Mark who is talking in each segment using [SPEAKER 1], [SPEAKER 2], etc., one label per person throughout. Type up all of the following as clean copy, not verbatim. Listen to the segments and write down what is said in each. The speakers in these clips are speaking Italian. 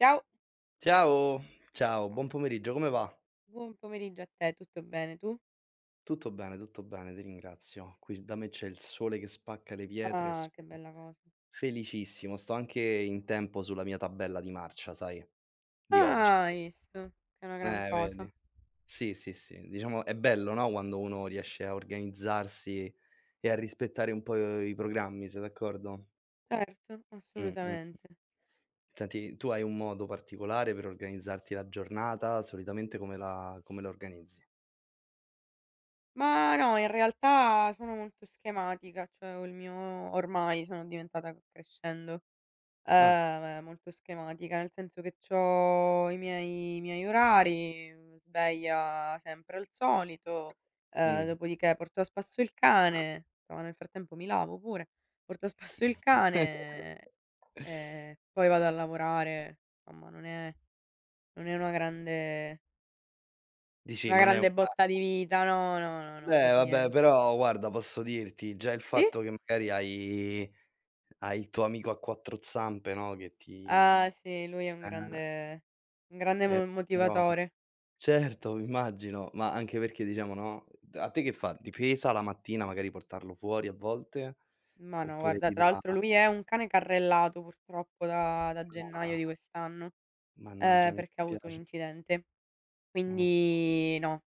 [SPEAKER 1] Ciao,
[SPEAKER 2] Ciao, ciao,
[SPEAKER 1] ciao.
[SPEAKER 2] buon pomeriggio, come va?
[SPEAKER 1] Buon pomeriggio a te, tutto bene tu?
[SPEAKER 2] Tutto bene, ti ringrazio. Qui da me c'è il sole che spacca le pietre,
[SPEAKER 1] Ah, che
[SPEAKER 2] sono
[SPEAKER 1] bella cosa.
[SPEAKER 2] felicissimo, sto anche in tempo sulla mia tabella di marcia, sai, di oggi.
[SPEAKER 1] Ah, hai visto? È una gran
[SPEAKER 2] Vedi.
[SPEAKER 1] cosa.
[SPEAKER 2] Sì, sì, sì, diciamo è bello, no, quando uno riesce a organizzarsi e a rispettare un po' i programmi, sei d'accordo?
[SPEAKER 1] Certo,
[SPEAKER 2] Mh, mh, mh.
[SPEAKER 1] assolutamente.
[SPEAKER 2] Senti, tu hai un modo particolare per organizzarti la giornata? Solitamente come la organizzi?
[SPEAKER 1] Ma no, in realtà sono molto schematica, cioè ho il mio ormai sono diventata crescendo,
[SPEAKER 2] Ah,
[SPEAKER 1] molto schematica, nel senso che c'ho i miei orari, sveglia sempre al solito,
[SPEAKER 2] mh.
[SPEAKER 1] dopodiché porto a spasso il cane, no, nel frattempo mi lavo pure, porto a spasso il cane. Poi vado a lavorare, insomma non è una grande
[SPEAKER 2] Dici non è una.
[SPEAKER 1] botta di vita, no, no, no, no,
[SPEAKER 2] Beh,
[SPEAKER 1] per
[SPEAKER 2] vabbè,
[SPEAKER 1] niente.
[SPEAKER 2] però guarda posso dirti, già il
[SPEAKER 1] Sì?
[SPEAKER 2] fatto che magari hai il tuo amico a quattro zampe, no, che ti
[SPEAKER 1] Ah sì, lui è un
[SPEAKER 2] eh,
[SPEAKER 1] grande un grande
[SPEAKER 2] eh,
[SPEAKER 1] mo
[SPEAKER 2] no.
[SPEAKER 1] motivatore.
[SPEAKER 2] Certo, immagino, ma anche perché diciamo, no, a te che fa? Ti pesa la mattina magari portarlo fuori a volte?
[SPEAKER 1] Ma no,
[SPEAKER 2] Oppure
[SPEAKER 1] guarda,
[SPEAKER 2] ti
[SPEAKER 1] tra
[SPEAKER 2] dà:
[SPEAKER 1] l'altro lui è un cane carrellato purtroppo da gennaio
[SPEAKER 2] "Ah,
[SPEAKER 1] di quest'anno,
[SPEAKER 2] mannaggia, mi
[SPEAKER 1] perché ha avuto un
[SPEAKER 2] dispiace."
[SPEAKER 1] incidente.
[SPEAKER 2] Mh.
[SPEAKER 1] Quindi no,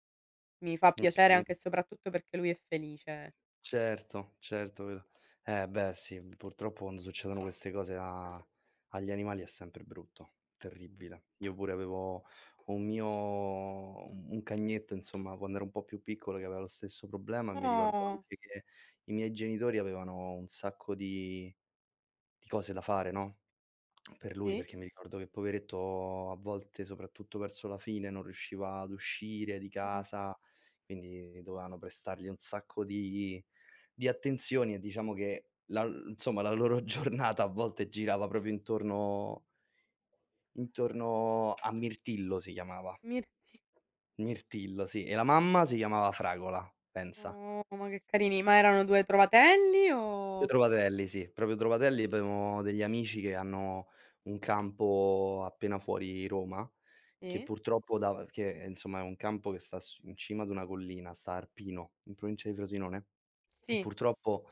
[SPEAKER 1] mi fa
[SPEAKER 2] Okay,
[SPEAKER 1] piacere anche
[SPEAKER 2] quindi
[SPEAKER 1] e soprattutto perché lui è felice.
[SPEAKER 2] certo, certo, vero. Eh beh sì, purtroppo quando succedono queste cose a agli animali è sempre brutto, terribile. Io pure avevo un mio un cagnetto, insomma, quando ero un po' più piccolo che aveva lo stesso problema, e mi ricordo
[SPEAKER 1] Oh,
[SPEAKER 2] anche che i miei genitori avevano un sacco di cose da fare, no, per lui,
[SPEAKER 1] sì?
[SPEAKER 2] perché mi ricordo che poveretto a volte, soprattutto verso la fine, non riusciva ad uscire di
[SPEAKER 1] Mh,
[SPEAKER 2] casa, quindi dovevano prestargli un sacco di attenzioni e diciamo che la insomma la loro giornata a volte girava proprio intorno a Mirtillo si chiamava.
[SPEAKER 1] mir
[SPEAKER 2] Mirtillo, sì, e la mamma si chiamava Fragola, pensa.
[SPEAKER 1] Oh, ma che carini. Ma erano 2 trovatelli
[SPEAKER 2] Proprio
[SPEAKER 1] o
[SPEAKER 2] trovatelli, sì, proprio trovatelli. Avevo degli amici che hanno un campo appena fuori Roma, che
[SPEAKER 1] sì?
[SPEAKER 2] purtroppo da che insomma è un campo che sta s in cima ad una collina, sta a Arpino, in provincia di Frosinone, e
[SPEAKER 1] Sì,
[SPEAKER 2] purtroppo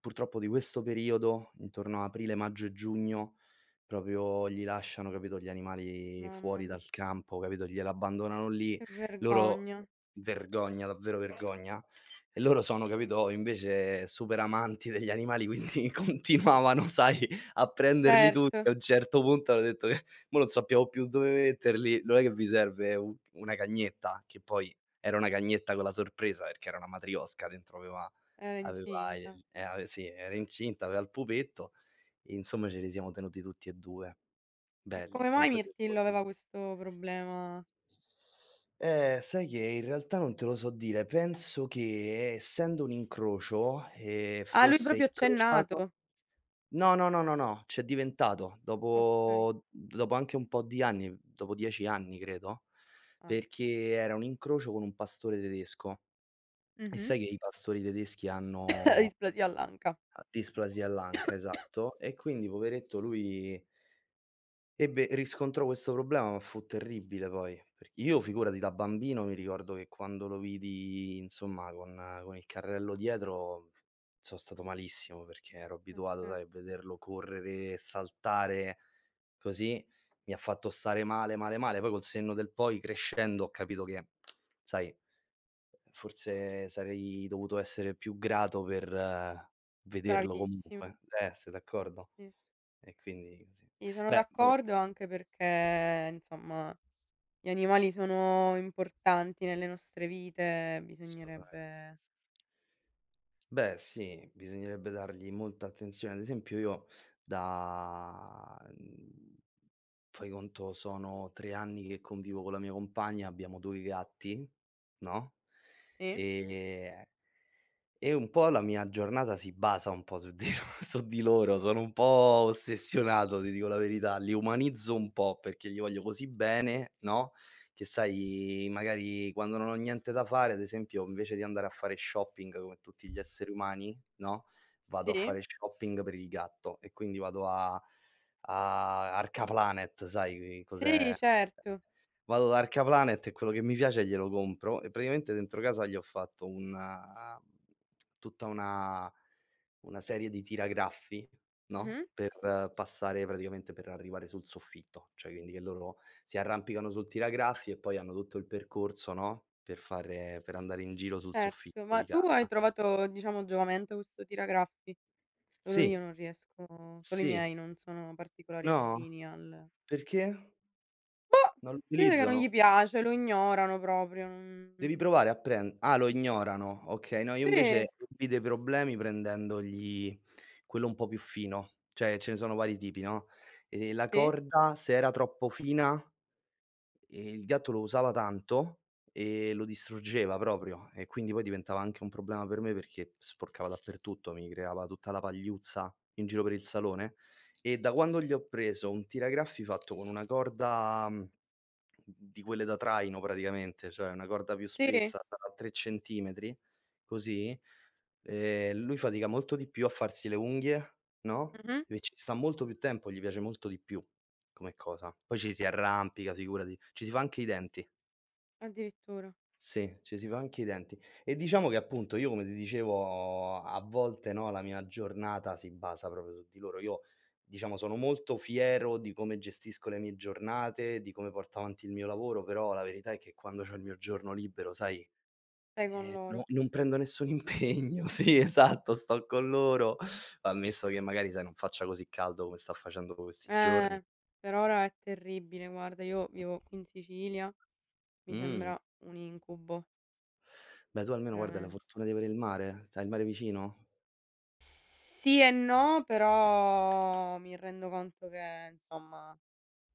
[SPEAKER 2] Purtroppo di questo periodo, intorno a aprile, maggio e giugno, proprio gli lasciano, capito, gli animali
[SPEAKER 1] mamma
[SPEAKER 2] fuori
[SPEAKER 1] mia,
[SPEAKER 2] dal campo, capito, glieli abbandonano lì.
[SPEAKER 1] che
[SPEAKER 2] Loro,
[SPEAKER 1] vergogna.
[SPEAKER 2] vergogna, davvero vergogna. E loro sono, capito, invece super amanti degli animali, quindi continuavano, sai, a prenderli
[SPEAKER 1] Certo,
[SPEAKER 2] tutti. A un certo punto hanno detto che: "Mo' non sappiamo più dove metterli, non è che vi serve u una cagnetta?" Che poi era una cagnetta con la sorpresa, perché era una matrioska, dentro aveva.
[SPEAKER 1] era
[SPEAKER 2] Aveva
[SPEAKER 1] incinta.
[SPEAKER 2] il ave Sì, era incinta, aveva il pupetto e insomma ce li siamo tenuti tutti e 2.
[SPEAKER 1] E
[SPEAKER 2] Belli,
[SPEAKER 1] come mai
[SPEAKER 2] quanto tempo
[SPEAKER 1] Mirtillo
[SPEAKER 2] so.
[SPEAKER 1] aveva questo problema?
[SPEAKER 2] Sai che in realtà non te lo so dire. Penso che essendo un incrocio,
[SPEAKER 1] Ah, lui
[SPEAKER 2] fosse
[SPEAKER 1] proprio c'è
[SPEAKER 2] incrociato,
[SPEAKER 1] nato.
[SPEAKER 2] no, no, no, no, no, c'è diventato
[SPEAKER 1] Okay.
[SPEAKER 2] dopo anche un po' di anni, dopo 10 anni credo,
[SPEAKER 1] Ah.
[SPEAKER 2] perché era un incrocio con un pastore tedesco e
[SPEAKER 1] Mh-mh.
[SPEAKER 2] sai che i pastori tedeschi hanno.
[SPEAKER 1] Displasia all'anca.
[SPEAKER 2] A displasia all'anca, esatto. E quindi poveretto lui ebbe riscontrò questo problema, ma fu terribile poi. Per Io figurati, da bambino mi ricordo che quando lo vidi, insomma, con il carrello dietro so' stato malissimo perché ero abituato,
[SPEAKER 1] Cer
[SPEAKER 2] sai, a vederlo correre e saltare così, mi ha fatto stare male, male, male. Poi col senno del poi crescendo ho capito che, sai, forse sarei dovuto essere più grato per vederlo
[SPEAKER 1] Bravissima.
[SPEAKER 2] comunque. Sei
[SPEAKER 1] Eh
[SPEAKER 2] d'accordo?
[SPEAKER 1] sì.
[SPEAKER 2] E quindi sì.
[SPEAKER 1] Sì, sono
[SPEAKER 2] Beh, vabbè,
[SPEAKER 1] d'accordo anche perché, insomma, gli animali sono importanti nelle nostre vite,
[SPEAKER 2] assolutamente.
[SPEAKER 1] bisognerebbe.
[SPEAKER 2] Beh sì, bisognerebbe dargli molta attenzione. Ad esempio io da fai conto sono 3 anni che convivo con la mia compagna, abbiamo 2 gatti, no. Mh.
[SPEAKER 1] Sì?
[SPEAKER 2] E un po' la mia giornata si basa un po' su di su di loro, sono un po' ossessionato, ti dico la verità, li umanizzo un po' perché gli voglio così bene, no, che sai magari quando non ho niente da fare, ad esempio, invece di andare a fare shopping come tutti gli esseri umani, no, vado a
[SPEAKER 1] Sì?
[SPEAKER 2] fare shopping per il gatto e quindi vado a Arcaplanet, sai
[SPEAKER 1] Sì,
[SPEAKER 2] cos'è?
[SPEAKER 1] certo.
[SPEAKER 2] Vado da Arcaplanet e quello che mi piace glielo compro e praticamente dentro casa gli ho fatto una tutta una serie di tiragraffi, no,
[SPEAKER 1] Mh-mh.
[SPEAKER 2] per passare praticamente per arrivare sul soffitto, cioè quindi che loro si arrampicano sul tiragraffi e poi hanno tutto il percorso, no, per fare per andare in giro sul
[SPEAKER 1] Certo.
[SPEAKER 2] soffitto
[SPEAKER 1] Ma
[SPEAKER 2] di
[SPEAKER 1] tu hai
[SPEAKER 2] casa.
[SPEAKER 1] trovato, diciamo, giovamento questo tiragraffi? Solo io
[SPEAKER 2] Sì,
[SPEAKER 1] non riesco, solo i
[SPEAKER 2] sì.
[SPEAKER 1] miei non sono particolari
[SPEAKER 2] No?
[SPEAKER 1] affini al
[SPEAKER 2] Perché?
[SPEAKER 1] boh,
[SPEAKER 2] Non lo
[SPEAKER 1] si vede che non
[SPEAKER 2] utilizzano?
[SPEAKER 1] gli piace, lo ignorano proprio, non,
[SPEAKER 2] Devi provare a pren Ah, lo ignorano, okay. No, io
[SPEAKER 1] sì,
[SPEAKER 2] invece evito i problemi prendendogli quello un po' più fino, cioè ce ne sono vari tipi, no, la
[SPEAKER 1] sì,
[SPEAKER 2] corda se era troppo fina. Il gatto lo usava tanto e lo distruggeva proprio e quindi poi diventava anche un problema per me perché sporcava dappertutto, mi creava tutta la pagliuzza in giro per il salone e da quando gli ho preso un tiragraffi fatto con una corda, di quelle da traino praticamente, cioè una corda più
[SPEAKER 1] sì.
[SPEAKER 2] spessa da 3 centimetri, così, lui fatica molto di più a farsi le unghie, no,
[SPEAKER 1] Mh-mh.
[SPEAKER 2] e ci sta molto più tempo, gli piace molto di più. Come cosa. Poi ci si arrampica, figurati. Ci si fa anche i denti.
[SPEAKER 1] Addirittura.
[SPEAKER 2] Sì, ci si fa anche i denti. E diciamo che appunto io come ti dicevo a volte, no, la mia giornata si basa proprio su di loro. Io diciamo sono molto fiero di come gestisco le mie giornate, di come porto avanti il mio lavoro, però la verità è che quando c'ho il mio giorno libero, sai,
[SPEAKER 1] Stai con
[SPEAKER 2] no,
[SPEAKER 1] loro.
[SPEAKER 2] non prendo nessun impegno. Sì, esatto, sto con loro, ammesso che magari, sai, non faccia così caldo come sta facendo questi giorni.
[SPEAKER 1] Eh, per ora è terribile, guarda, io vivo qui in Sicilia, mi
[SPEAKER 2] Mh.
[SPEAKER 1] sembra un incubo,
[SPEAKER 2] Beh, tu almeno guarda hai la
[SPEAKER 1] veramen
[SPEAKER 2] fortuna di avere il mare. C'hai il mare vicino?
[SPEAKER 1] sì e no, però mi rendo conto che insomma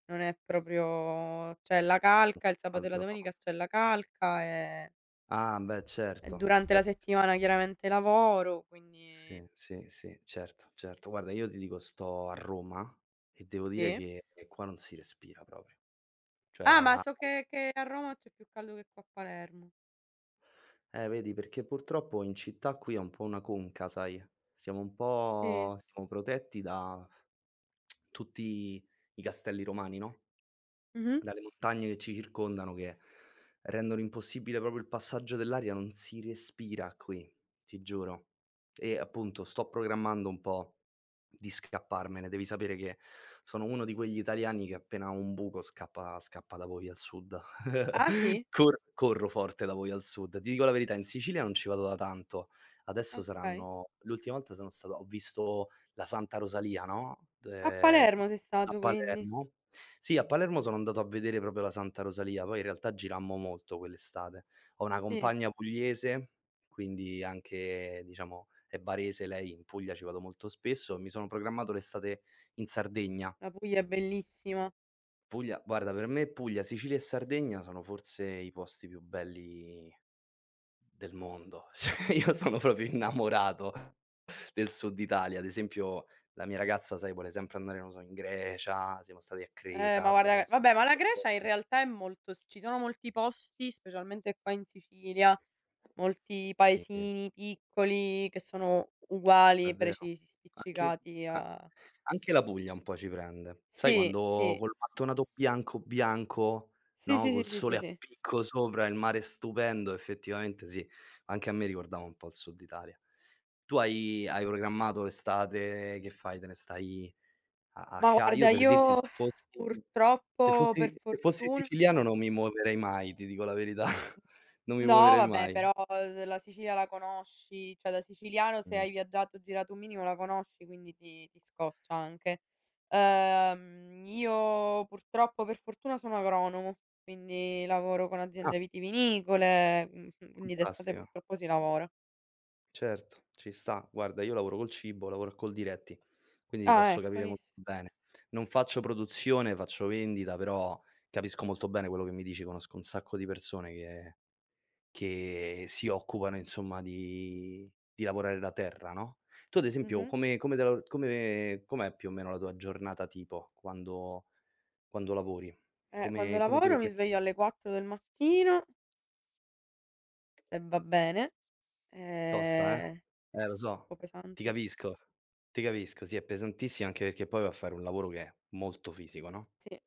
[SPEAKER 1] non è proprio, c'è la calca, il sabato e la domenica c'è la calca e
[SPEAKER 2] Ah, beh, certo,
[SPEAKER 1] durante la
[SPEAKER 2] certo.
[SPEAKER 1] settimana chiaramente lavoro, quindi
[SPEAKER 2] Sì, sì, sì, certo, certo. Guarda, io ti dico sto a Roma e devo dire
[SPEAKER 1] sì.
[SPEAKER 2] che qua non si respira proprio.
[SPEAKER 1] Ah,
[SPEAKER 2] Cioè,
[SPEAKER 1] ma
[SPEAKER 2] a
[SPEAKER 1] so che a Roma c'è più caldo che qua a Palermo.
[SPEAKER 2] vedi, perché purtroppo in città qui è un po' una conca, sai, siamo un
[SPEAKER 1] Sì.
[SPEAKER 2] po' siamo protetti da tutti i castelli romani, no,
[SPEAKER 1] Mh-mh.
[SPEAKER 2] dalle montagne che ci circondano che rendono impossibile proprio il passaggio dell'aria, non si respira qui, ti giuro. E appunto sto programmando un po' di scapparmene. Devi sapere che sono uno di quegli italiani che appena ha un buco scappa da voi al sud.
[SPEAKER 1] Ah sì?
[SPEAKER 2] Corro forte da voi al sud. Ti dico la verità, in Sicilia non ci vado da tanto.
[SPEAKER 1] Ah
[SPEAKER 2] Adesso
[SPEAKER 1] okay.
[SPEAKER 2] saranno l'ultima volta sono stato ho visto la Santa Rosalia, no,
[SPEAKER 1] A Palermo sei
[SPEAKER 2] a
[SPEAKER 1] stato quindi?
[SPEAKER 2] Palermo. Sì, a Palermo sono andato a vedere proprio la Santa Rosalia, poi in realtà girammo molto quell'estate. Ho una
[SPEAKER 1] Sì,
[SPEAKER 2] compagna pugliese, quindi anche, diciamo, è barese lei, in Puglia ci vado molto spesso, mi sono programmato l'estate in Sardegna.
[SPEAKER 1] la Puglia è bellissima.
[SPEAKER 2] Puglia, guarda, per me Puglia, Sicilia e Sardegna sono forse i posti più belli del mondo. Cioè io sono proprio innamorato del Sud Italia. Ad esempio la mia ragazza, sai, vuole sempre andare, non so, in Grecia, siamo stati a Creta,
[SPEAKER 1] Ma
[SPEAKER 2] abbiamo
[SPEAKER 1] guarda
[SPEAKER 2] visto un
[SPEAKER 1] vabbè, ma la
[SPEAKER 2] sacco di
[SPEAKER 1] Grecia in
[SPEAKER 2] posti.
[SPEAKER 1] realtà è molto s ci sono molti posti, specialmente qua in Sicilia, molti
[SPEAKER 2] Sì.
[SPEAKER 1] paesini piccoli che sono
[SPEAKER 2] È
[SPEAKER 1] uguali,
[SPEAKER 2] vero.
[SPEAKER 1] precisi,
[SPEAKER 2] Anche
[SPEAKER 1] spiccicati
[SPEAKER 2] a
[SPEAKER 1] a,
[SPEAKER 2] anche la Puglia un po' ci prende. Sai,
[SPEAKER 1] sì,
[SPEAKER 2] quando
[SPEAKER 1] sì.
[SPEAKER 2] col mattonato bianco, bianco,
[SPEAKER 1] Sì,
[SPEAKER 2] no,
[SPEAKER 1] sì, sì,
[SPEAKER 2] col
[SPEAKER 1] sì, sì,
[SPEAKER 2] sole a
[SPEAKER 1] sì.
[SPEAKER 2] picco sopra, il mare stupendo, effettivamente sì, anche a me ricordava un po' il Sud Italia. Tu hai programmato l'estate, che fai? Te ne stai a a
[SPEAKER 1] Ma
[SPEAKER 2] ca Io
[SPEAKER 1] guarda
[SPEAKER 2] per dirti, se
[SPEAKER 1] io
[SPEAKER 2] fossi
[SPEAKER 1] purtroppo, per
[SPEAKER 2] se fossi
[SPEAKER 1] fortuna.
[SPEAKER 2] siciliano non mi muoverei mai, ti dico la verità. Non mi
[SPEAKER 1] No
[SPEAKER 2] muoverei
[SPEAKER 1] vabbè,
[SPEAKER 2] mai.
[SPEAKER 1] però la Sicilia la conosci, cioè da siciliano se
[SPEAKER 2] Mh.
[SPEAKER 1] hai viaggiato, girato un minimo la conosci, quindi ti scoccia anche. Io purtroppo, per fortuna sono agronomo, quindi lavoro con
[SPEAKER 2] Ah,
[SPEAKER 1] aziende vitivinicole, quindi d'estate
[SPEAKER 2] fantastico.
[SPEAKER 1] purtroppo si lavora.
[SPEAKER 2] Certo, ci sta. Guarda, io lavoro col cibo, lavoro a Coldiretti, quindi ti
[SPEAKER 1] Ah
[SPEAKER 2] posso
[SPEAKER 1] ecco, hai
[SPEAKER 2] capire molto
[SPEAKER 1] visto?
[SPEAKER 2] bene. Non faccio produzione, faccio vendita, però capisco molto bene quello che mi dici, conosco un sacco di persone che si occupano insomma di lavorare la terra, no, tu ad esempio
[SPEAKER 1] Mh-mh.
[SPEAKER 2] come come te la come com'è più o meno la tua giornata tipo quando lavori?
[SPEAKER 1] Quando
[SPEAKER 2] Come ti
[SPEAKER 1] lavoro mi
[SPEAKER 2] organizzi?
[SPEAKER 1] sveglio alle 4 del mattino, se va bene,
[SPEAKER 2] Tosta, eh?
[SPEAKER 1] ehm, un
[SPEAKER 2] Eh, lo so,
[SPEAKER 1] po'
[SPEAKER 2] ti
[SPEAKER 1] pesante,
[SPEAKER 2] capisco, ti capisco. Sì, è pesantissima anche perché poi va a fare un lavoro che è molto fisico, no,
[SPEAKER 1] sì.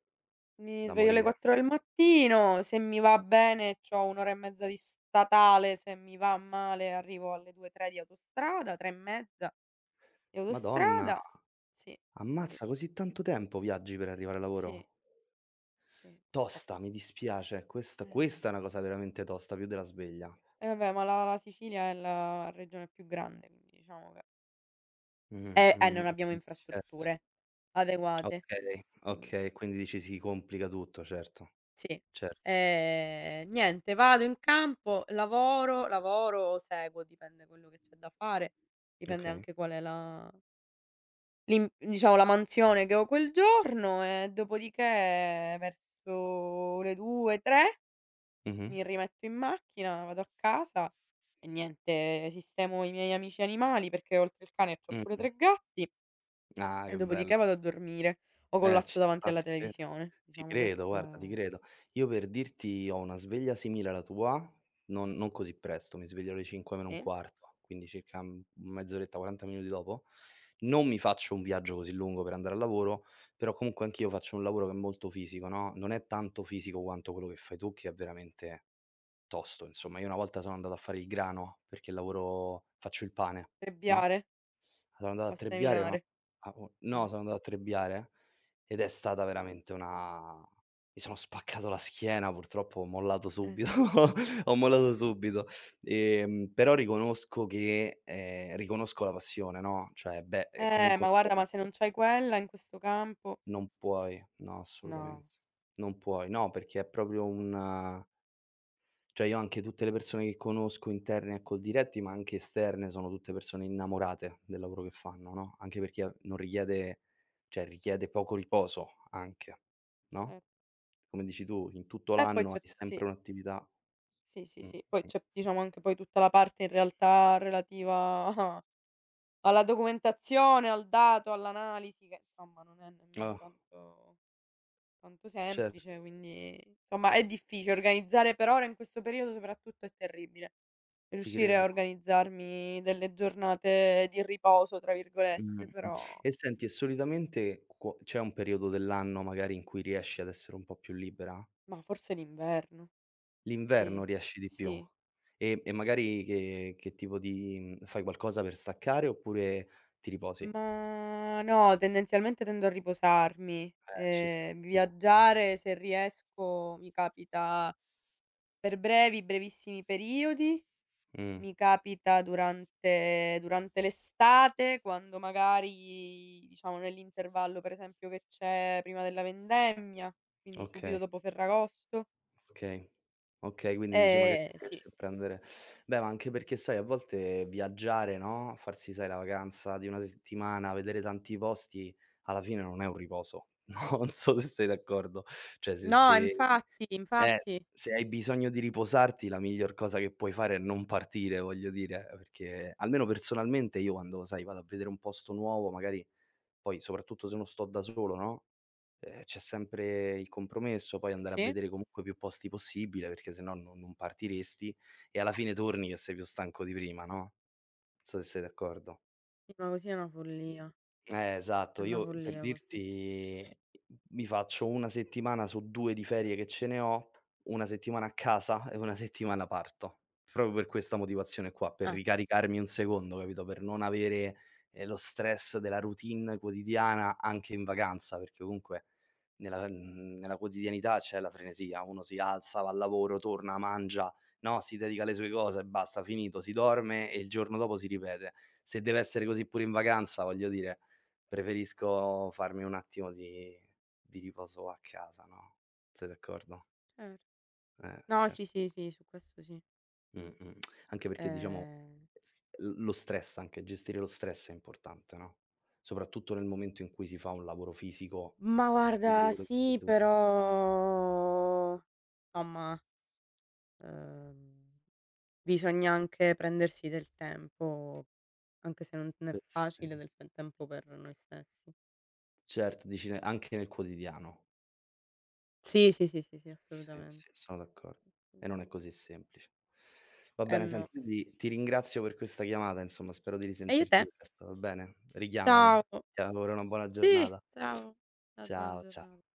[SPEAKER 1] Mi
[SPEAKER 2] da
[SPEAKER 1] sveglio alle
[SPEAKER 2] morire.
[SPEAKER 1] 4 del mattino, se mi va bene c'ho 1 ora e mezza di statale, se mi va male arrivo alle 2, 3 di autostrada, 3 e mezza di
[SPEAKER 2] Madonna,
[SPEAKER 1] autostrada. Sì, sì,
[SPEAKER 2] ammazza, così tanto tempo viaggi per arrivare al
[SPEAKER 1] sì,
[SPEAKER 2] lavoro.
[SPEAKER 1] sì,
[SPEAKER 2] Tosta,
[SPEAKER 1] purtroppo
[SPEAKER 2] mi
[SPEAKER 1] sì.
[SPEAKER 2] dispiace,
[SPEAKER 1] Eh.
[SPEAKER 2] questa è una cosa veramente tosta, più della sveglia.
[SPEAKER 1] E vabbè, ma la Sicilia è la regione più grande, quindi diciamo che
[SPEAKER 2] Mh,
[SPEAKER 1] e non
[SPEAKER 2] mh, mh,
[SPEAKER 1] abbiamo
[SPEAKER 2] mh, certo.
[SPEAKER 1] infrastrutture adeguate,
[SPEAKER 2] Okay,
[SPEAKER 1] quindi
[SPEAKER 2] okay, quindi dici si complica tutto, certo,
[SPEAKER 1] sì.
[SPEAKER 2] certo.
[SPEAKER 1] Niente, vado in campo, lavoro, lavoro, seguo, dipende quello che c'è da fare, dipende
[SPEAKER 2] Okay.
[SPEAKER 1] anche qual è la l'im diciamo la mansione che ho quel giorno e dopodiché verso le 2, 3
[SPEAKER 2] Mh-mh.
[SPEAKER 1] mi rimetto in macchina, vado a casa e niente, sistemo i miei amici animali perché oltre il cane c'ho pure
[SPEAKER 2] Mh.
[SPEAKER 1] 3 gatti
[SPEAKER 2] Ah,
[SPEAKER 1] e
[SPEAKER 2] che
[SPEAKER 1] dopodiché
[SPEAKER 2] bello.
[SPEAKER 1] vado a dormire o
[SPEAKER 2] Ci
[SPEAKER 1] collasso davanti
[SPEAKER 2] sta,
[SPEAKER 1] alla televisione.
[SPEAKER 2] ti
[SPEAKER 1] Diciamo
[SPEAKER 2] credo,
[SPEAKER 1] questo è.
[SPEAKER 2] guarda, ti credo. Io per dirti ho una sveglia simile alla tua, non così presto, mi sveglio alle 5 meno un
[SPEAKER 1] Sì,
[SPEAKER 2] quarto, quindi circa, mezz'oretta, 40 minuti dopo. Non mi faccio un viaggio così lungo per andare al lavoro, però comunque anch'io faccio un lavoro che è molto fisico, no, non è tanto fisico quanto quello che fai tu, che è veramente tosto, insomma. Io una volta sono andato a fare il grano, perché lavoro faccio il pane, no?
[SPEAKER 1] trebbiare.
[SPEAKER 2] Sono andato
[SPEAKER 1] O
[SPEAKER 2] a
[SPEAKER 1] a
[SPEAKER 2] trebbiare, ma
[SPEAKER 1] seminare.
[SPEAKER 2] a o
[SPEAKER 1] Ah.
[SPEAKER 2] no, sono andato a trebbiare ed è stata veramente una mi sono spaccato la schiena, purtroppo ho mollato
[SPEAKER 1] Eh
[SPEAKER 2] subito,
[SPEAKER 1] sì.
[SPEAKER 2] ho mollato subito. Però riconosco che, riconosco la passione, no, cioè beh, è comunque
[SPEAKER 1] Ma
[SPEAKER 2] una
[SPEAKER 1] guarda,
[SPEAKER 2] cosa
[SPEAKER 1] ma se
[SPEAKER 2] molto
[SPEAKER 1] non c'hai
[SPEAKER 2] bella.
[SPEAKER 1] quella in questo campo,
[SPEAKER 2] Non puoi, no,
[SPEAKER 1] no.
[SPEAKER 2] assolutamente. Non puoi. No, perché è proprio un cioè io, anche tutte le persone che conosco interne a Coldiretti, ma anche esterne, sono tutte persone innamorate del lavoro che fanno, no, anche perché non richiede, cioè, richiede poco riposo anche, no,
[SPEAKER 1] Eh.
[SPEAKER 2] come dici tu, in tutto
[SPEAKER 1] E poi
[SPEAKER 2] l'anno hai
[SPEAKER 1] c'è sì,
[SPEAKER 2] sempre un'attività.
[SPEAKER 1] sì, sì,
[SPEAKER 2] Mh,
[SPEAKER 1] sì. Poi
[SPEAKER 2] mh,
[SPEAKER 1] c'è
[SPEAKER 2] mh.
[SPEAKER 1] diciamo anche poi tutta la parte in realtà relativa alla documentazione, al dato, all'analisi che insomma non è nemmeno
[SPEAKER 2] Ah,
[SPEAKER 1] tanto tanto
[SPEAKER 2] certo,
[SPEAKER 1] semplice, quindi insomma è difficile. Organizzare per ora in questo periodo soprattutto è terribile.
[SPEAKER 2] ti
[SPEAKER 1] Riuscire a
[SPEAKER 2] credo.
[SPEAKER 1] organizzarmi delle giornate di "riposo" tra
[SPEAKER 2] Mh,
[SPEAKER 1] virgolette,
[SPEAKER 2] mh.
[SPEAKER 1] però,
[SPEAKER 2] E senti, e solitamente quo c'è un periodo dell'anno magari in cui riesci ad essere un po' più libera?
[SPEAKER 1] mah, forse l'inverno.
[SPEAKER 2] L'inverno
[SPEAKER 1] Sì,
[SPEAKER 2] riesci di più.
[SPEAKER 1] sì.
[SPEAKER 2] E magari che tipo di, fai qualcosa per staccare oppure ti riposi?
[SPEAKER 1] Ma no, tendenzialmente tendo a riposarmi.
[SPEAKER 2] Ci sta.
[SPEAKER 1] Viaggiare se riesco mi capita per brevi, brevissimi periodi,
[SPEAKER 2] Mh,
[SPEAKER 1] mi capita durante l'estate quando magari, diciamo nell'intervallo per esempio che c'è prima della vendemmia, quindi subito
[SPEAKER 2] okay,
[SPEAKER 1] dopo Ferragosto.
[SPEAKER 2] okay. Okay, quindi dici magari
[SPEAKER 1] Sì.
[SPEAKER 2] riesci a prendere. Beh, ma anche perché sai a volte viaggiare, no, farsi, sai, la vacanza di una settimana, vedere tanti posti, alla fine non è un riposo. No, non so se sei d'accordo. Cioè
[SPEAKER 1] No, infatti, infatti.
[SPEAKER 2] Se hai bisogno di riposarti la miglior cosa che puoi fare è non partire, voglio dire, perché almeno personalmente io quando, sai, vado a vedere un posto nuovo, magari poi soprattutto se non sto da solo, no, c'è sempre il compromesso, poi andare a
[SPEAKER 1] Sì?
[SPEAKER 2] vedere comunque più posti possibile, perché se no non partiresti e alla fine torni che sei più stanco di prima, no, non so se sei d'accordo.
[SPEAKER 1] Sì, ma così è
[SPEAKER 2] Esatto.
[SPEAKER 1] una
[SPEAKER 2] Io per
[SPEAKER 1] follia così.
[SPEAKER 2] dirti, mi faccio 1 settimana su 2 di ferie che ce ne ho, 1 settimana a casa e 1 settimana parto. Proprio per questa motivazione qua, per
[SPEAKER 1] Eh,
[SPEAKER 2] ricaricarmi un secondo, capito, per non avere, lo stress della routine quotidiana anche in vacanza, perché comunque nella quotidianità c'è la frenesia, uno si alza, va al lavoro, torna, mangia, no, si dedica alle sue cose e basta, finito, si dorme e il giorno dopo si ripete. Se deve essere così pure in vacanza, voglio dire, preferisco farmi un attimo di riposo a casa, no, sei d'accordo?
[SPEAKER 1] cer No, sì,
[SPEAKER 2] Certo.
[SPEAKER 1] sì, sì, su questo sì.
[SPEAKER 2] Mh, mh. Anche perché diciamo
[SPEAKER 1] Ehm,
[SPEAKER 2] s l lo stress anche, gestire lo stress è importante, no, soprattutto nel momento in cui si fa un lavoro fisico,
[SPEAKER 1] ma
[SPEAKER 2] come
[SPEAKER 1] guarda
[SPEAKER 2] quello che fai
[SPEAKER 1] sì,
[SPEAKER 2] tu.
[SPEAKER 1] però somma, ehm, bisogna anche prendersi del tempo, anche se non è
[SPEAKER 2] Sì.
[SPEAKER 1] facile, del pe tempo per noi stessi, sì.
[SPEAKER 2] Certo, dici ne anche nel quotidiano.
[SPEAKER 1] Sì, sì, sì, sì, sì,
[SPEAKER 2] Sì,
[SPEAKER 1] assolutamente,
[SPEAKER 2] sì, sono d'accordo. E non è
[SPEAKER 1] assolutamen
[SPEAKER 2] così semplice. Va
[SPEAKER 1] eh
[SPEAKER 2] bene,
[SPEAKER 1] no.
[SPEAKER 2] senti, io ti ringrazio per questa chiamata, insomma, spero di
[SPEAKER 1] E io te.
[SPEAKER 2] risentirti presto, va bene? Richiamami.
[SPEAKER 1] Ciao.
[SPEAKER 2] Ti auguro una buona
[SPEAKER 1] Sì,
[SPEAKER 2] giornata.
[SPEAKER 1] ciao. Ciao, buona
[SPEAKER 2] Ciao, cia
[SPEAKER 1] giornata.